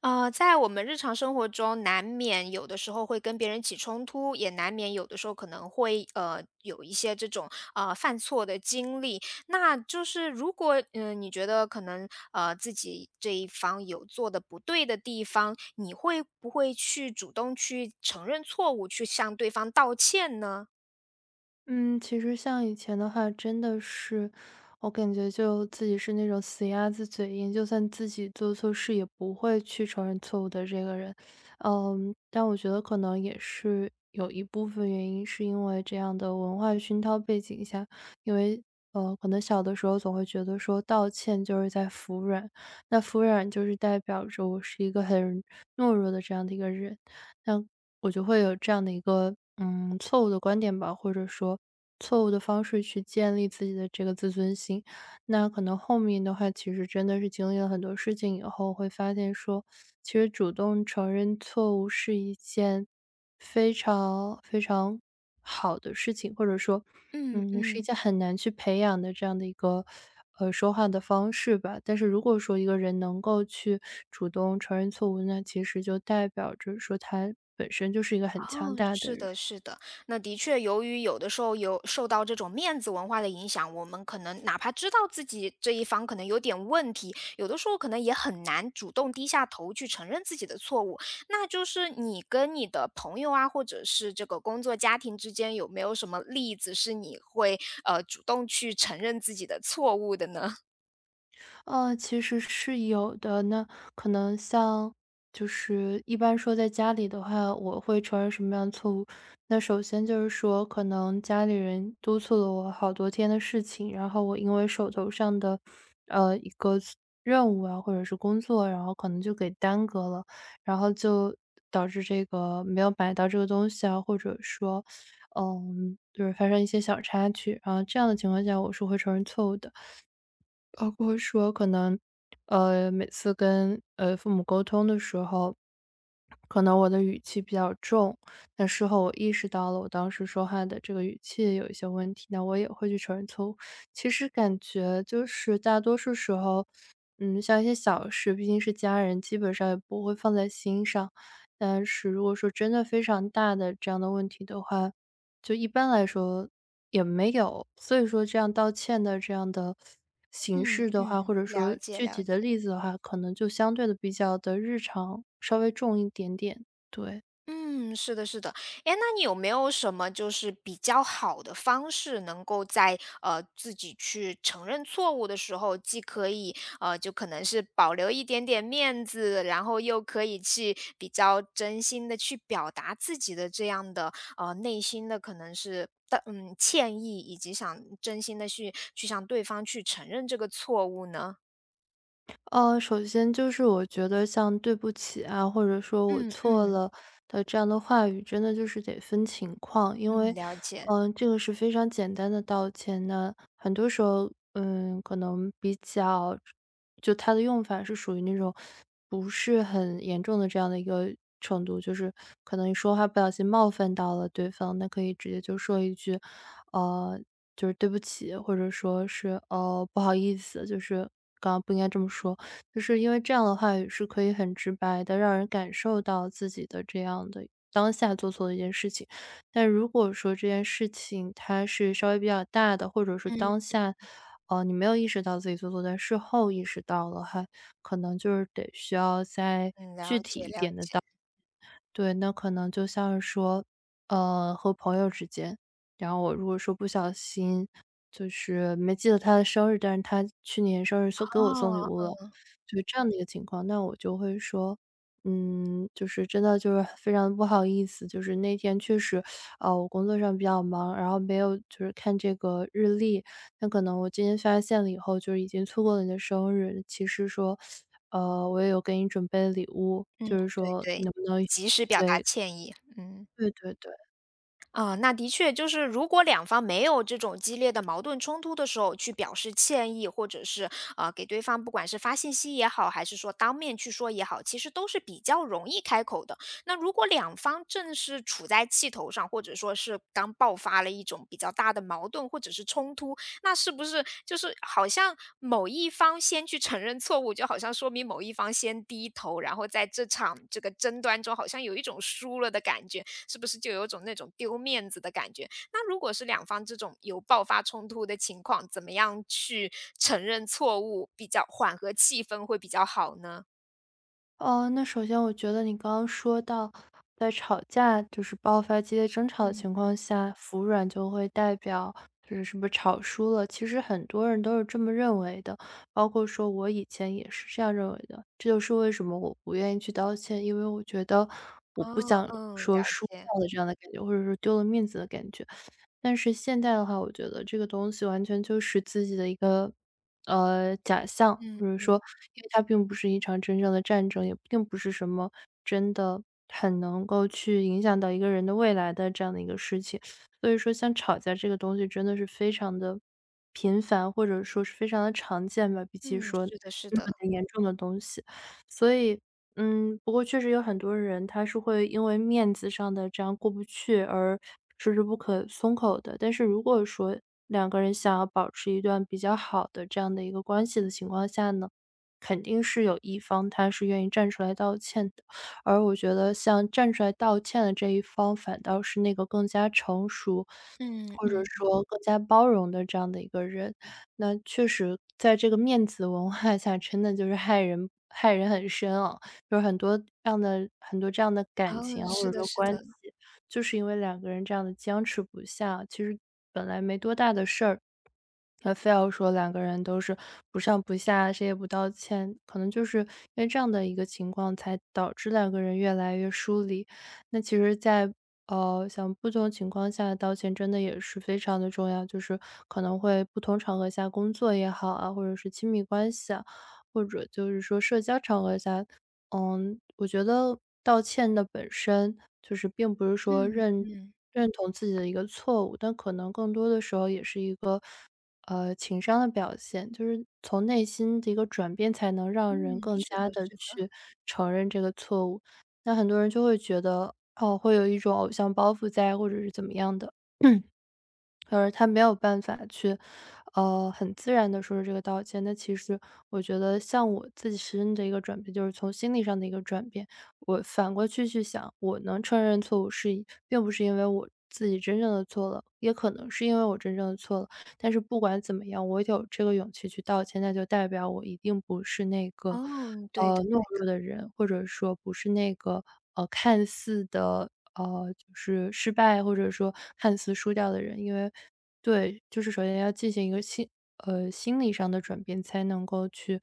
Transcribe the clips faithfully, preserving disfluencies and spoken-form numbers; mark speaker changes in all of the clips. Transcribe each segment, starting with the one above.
Speaker 1: 呃，在我们日常生活中，难免有的时候会跟别人起冲突，也难免有的时候可能会呃有一些这种呃犯错的经历。那就是如果嗯、呃你觉得可能呃自己这一方有做的不对的地方，你会不会去主动去承认错误，去向对方道歉呢？
Speaker 2: 嗯，其实像以前的话，真的是我感觉就自己是那种死鸭子嘴硬，就算自己做错事也不会去承认错误的这个人。嗯，但我觉得可能也是有一部分原因是因为这样的文化熏陶背景下，因为呃，可能小的时候总会觉得说道歉就是在服软，那服软就是代表着我是一个很懦弱的这样的一个人。那我就会有这样的一个，嗯，错误的观点吧，或者说错误的方式去建立自己的这个自尊心。那可能后面的话，其实真的是经历了很多事情以后，会发现说，其实主动承认错误是一件非常非常好的事情，或者说，
Speaker 1: 嗯
Speaker 2: 嗯，是一
Speaker 1: 嗯。
Speaker 2: 件很难去培养的这样的一个呃说话的方式吧。但是如果说一个人能够去主动承认错误，那其实就代表着说他本身就是一个很强
Speaker 1: 哦，
Speaker 2: 大的
Speaker 1: 是
Speaker 2: 人。
Speaker 1: 的，是的，那的确，由于有的时候有受到这种面子文化的影响，我们可能哪怕知道自己这一方可能有点问题，有的时候可能也很难主动低下头去承认自己的错误。那就是你跟你的朋友啊，或者是这个工作、家庭之间，有没有什么例子是你会呃主动去承认自己的错误的呢？
Speaker 2: 呃，其实是有的。那可能像就是一般说在家里的话，我会承认什么样的错误？那首先就是说，可能家里人督促了我好多天的事情，然后我因为手头上的呃一个任务啊，或者是工作，然后可能就给耽搁了，然后就导致这个没有买到这个东西啊，或者说，嗯，就是发生一些小插曲。然后这样的情况下，我是会承认错误的。包括说可能，呃，每次跟，呃，父母沟通的时候，可能我的语气比较重，那事后我意识到了我当时说话的这个语气有一些问题，那我也会去承认错误。其实感觉就是大多数时候，嗯，像一些小事，毕竟是家人，基本上也不会放在心上。但是如果说真的非常大的这样的问题的话，就一般来说也没有，所以说这样道歉的这样的形
Speaker 1: 嗯
Speaker 2: 式的话，
Speaker 1: 嗯，
Speaker 2: 或者
Speaker 1: 了
Speaker 2: 说
Speaker 1: 解
Speaker 2: 具体
Speaker 1: 了
Speaker 2: 的
Speaker 1: 解。
Speaker 2: 例子的话，可能就相对的比较的日常，稍微重一点点，对。
Speaker 1: 嗯，是的，是的。哎，那你有没有什么就是比较好的方式，能够在呃自己去承认错误的时候，既可以呃就可能是保留一点点面子，然后又可以去比较真心的去表达自己的这样的呃内心的可能是的嗯歉意，以及想真心的去去向对方去承认这个错误呢？
Speaker 2: 呃，首先就是我觉得像“对不起”啊，或者说“我
Speaker 1: 嗯
Speaker 2: 错
Speaker 1: 嗯
Speaker 2: 了”的这样的话语，真的就是得分情况。因为，
Speaker 1: 嗯，了解，
Speaker 2: 嗯、这个是非常简单的道歉呢，那很多时候，嗯，可能比较，就它的用法是属于那种不是很严重的这样的一个程度，就是可能你说话不小心冒犯到了对方，那可以直接就说一句，呃，就是对不起，或者说是哦、不好意思，就是刚刚不应该这么说。就是因为这样的话语是可以很直白的让人感受到自己的这样的当下做错的一件事情。但如果说这件事情它是稍微比较大的，或者是
Speaker 1: 嗯
Speaker 2: 当下，呃，你没有意识到自己做错，但事后意识到了，还可能就是得需要在。
Speaker 1: 嗯，了解了解。
Speaker 2: 对，那可能就像是说，呃，和朋友之间，然后我如果说不小心，就是没记得他的生日，但是他去年生日送给我送礼
Speaker 1: 哦。
Speaker 2: 物了，就这样的一个情况，那我就会说，嗯，就是真的就是非常不好意思，就是那天确实，呃，我工作上比较忙，然后没有就是看这个日历，那可能我今天发现了以后，就是已经错过了你的生日，其实说。呃，我也有给你准备礼物，
Speaker 1: 嗯，
Speaker 2: 就是
Speaker 1: 对
Speaker 2: 说
Speaker 1: 对，
Speaker 2: 能不能
Speaker 1: 及时表达
Speaker 2: 对，
Speaker 1: 歉意，嗯。
Speaker 2: 对对对。
Speaker 1: 啊，那的确就是，如果两方没有这种激烈的矛盾冲突的时候，去表示歉意，或者是呃给对方，不管是发信息也好，还是说当面去说也好，其实都是比较容易开口的。那如果两方正是处在气头上，或者说是刚爆发了一种比较大的矛盾或者是冲突，那是不是就是好像某一方先去承认错误，就好像说明某一方先低头，然后在这场这个争端中好像有一种输了的感觉？是不是就有种那种丢面子的感觉？那如果是两方这种有爆发冲突的情况，怎么样去承认错误，比较缓和气氛会比较好呢？
Speaker 2: 哦，那首先我觉得你刚刚说到，在吵架就是爆发激烈争吵的
Speaker 1: 嗯，
Speaker 2: 情况下，服软就会代表就是什么吵输了。其实很多人都是这么认为的，包括说我以前也是这样认为的。这就是为什么我不愿意去道歉，因为我觉得我
Speaker 1: 哦，
Speaker 2: 不想
Speaker 1: 嗯，
Speaker 2: 说
Speaker 1: 了
Speaker 2: 输
Speaker 1: 解，
Speaker 2: 掉了这样的感觉，或者说丢了面子的感觉。但是现在的话，我觉得这个东西完全就是自己的一个，呃，假象，
Speaker 1: 嗯
Speaker 2: 或者说因为它并不是一场真正的战争，也并不是什么真的很能够去影响到一个人的未来的这样的一个事情。所以说像吵架这个东西真的是非常的频繁，或者说是非常的常见吧，比起
Speaker 1: 嗯，
Speaker 2: 说
Speaker 1: 是的，是
Speaker 2: 那么
Speaker 1: 的，
Speaker 2: 的严重的东西。所以嗯，不过确实有很多人，他是会因为面子上的这样过不去而迟迟不肯松口的。但是如果说两个人想要保持一段比较好的这样的一个关系的情况下呢，肯定是有一方他是愿意站出来道歉的。而我觉得像站出来道歉的这一方，反倒是那个更加成熟，
Speaker 1: 嗯
Speaker 2: 或者
Speaker 1: 嗯，
Speaker 2: 说更加包容的这样的一个人。那确实在这个面子文化下，真的就是害人害人很深啊。就是很多这样的很多这样的感情
Speaker 1: 哦，
Speaker 2: 啊或
Speaker 1: 是
Speaker 2: 者
Speaker 1: 的，
Speaker 2: 说
Speaker 1: 是
Speaker 2: 关系，
Speaker 1: 的，
Speaker 2: 就是因为两个人这样的僵持不下，其实本来没多大的事儿，那非要说两个人都是不上不下，谁也不道歉，可能就是因为这样的一个情况，才导致两个人越来越疏离。那其实在，呃，像不同情况下道歉真的也是非常的重要，就是可能会不同场合下，工作也好啊，或者是亲密关系啊，或者就是说社交场合下，嗯，我觉得道歉的本身就是并不是说
Speaker 1: 嗯
Speaker 2: 认
Speaker 1: 嗯
Speaker 2: 认同自己的一个错误，但可能更多的时候也是一个呃情商的表现，就是从内心的一个转变，才能
Speaker 1: 嗯，
Speaker 2: 让人更
Speaker 1: 是
Speaker 2: 加
Speaker 1: 的，
Speaker 2: 的
Speaker 1: 是的，
Speaker 2: 去承认这个错误。那很多人就会觉得，哦，会有一种偶像包袱在，或者是怎么样的。而他没有办法去，呃，很自然的说出这个道歉。那其实我觉得像我自身的一个转变，就是从心理上的一个转变。我反过去去想，我能承认错误是并不是因为我自己真正的错了，也可能是因为我真正的错了。但是不管怎么样，我有这个勇气去道歉，那就代表我一定不是那个，
Speaker 1: 哦，对
Speaker 2: 呃，
Speaker 1: 的。
Speaker 2: 懦弱的人，或者说不是那个，呃，看似的，呃，就是失败或者说看似输掉的人。因为对，就是首先要进行一个心呃，心理上的转变，才能够去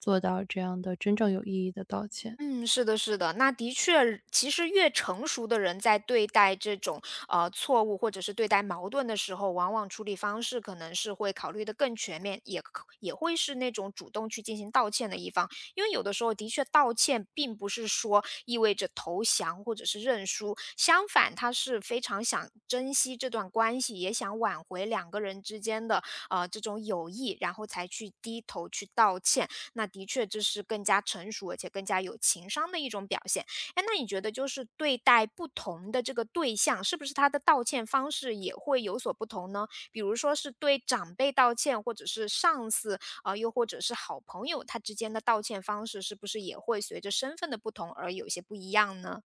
Speaker 2: 做到这样的真正有意义的道歉。
Speaker 1: 嗯，是的，是的，那的确，其实越成熟的人在对待这种呃错误或者是对待矛盾的时候，往往处理方式可能是会考虑的更全面，也可也会是那种主动去进行道歉的一方，因为有的时候的确道歉并不是说意味着投降或者是认输，相反，他是非常想珍惜这段关系，也想挽回两个人之间的呃这种友谊，然后才去低头去道歉。那的确这是更加成熟，而且更加有情商的一种表现。哎，那你觉得就是对待不同的这个对象，是不是他的道歉方式也会有所不同呢？比如说是对长辈道歉，或者是上司啊、呃又或者是好朋友，他之间的道歉方式是不是也会随着身份的不同而有些不一样呢？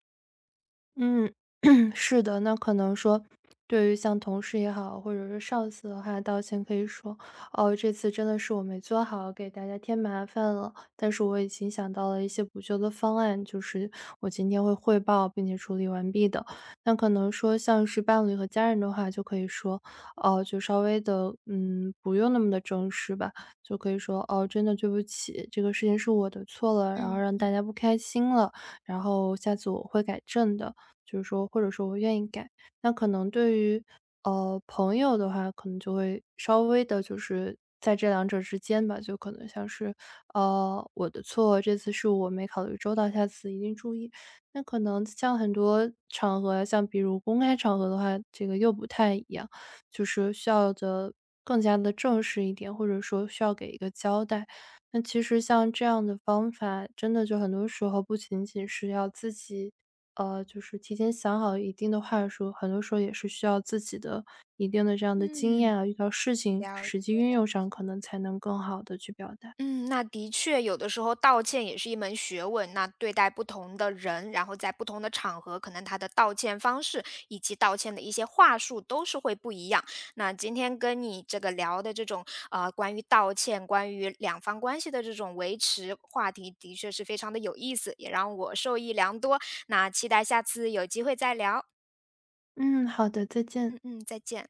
Speaker 2: 嗯，是的，那可能说，对于像同事也好，或者是上司的话，道歉可以说，哦，这次真的是我没做好，给大家添麻烦了。但是我已经想到了一些补救的方案，就是我今天会汇报并且处理完毕的。那可能说像是伴侣和家人的话，就可以说，哦，就稍微的，嗯，不用那么的正式吧，就可以说，哦，真的对不起，这个事情是我的错了，然后
Speaker 1: 嗯
Speaker 2: 让大家不开心了，然后下次我会改正的。就是说或者说我愿意改。那可能对于，呃，朋友的话，可能就会稍微的，就是在这两者之间吧，就可能像是，呃，我的错，这次是我没考虑周到，下次一定注意。那可能像很多场合，像比如公开场合的话，这个又不太一样，就是需要的更加的正式一点，或者说需要给一个交代。那其实像这样的方法，真的就很多时候不仅仅是要自己呃，就是提前想好一定的话术，很多时候也是需要自己的一定的这样的经
Speaker 1: 嗯，
Speaker 2: 验啊，遇到事情
Speaker 1: 了
Speaker 2: 实
Speaker 1: 解。
Speaker 2: 际运用上，可能才能更好的去表达。
Speaker 1: 嗯，那的确，有的时候道歉也是一门学问。那对待不同的人，然后在不同的场合，可能他的道歉方式以及道歉的一些话术都是会不一样。那今天跟你这个聊的这种啊，关于道歉、关于两方关系的这种维持话题，的确是非常的有意思，也让我受益良多。那期待下次有机会再聊。
Speaker 2: 嗯，好的，再见。
Speaker 1: 嗯嗯，再见。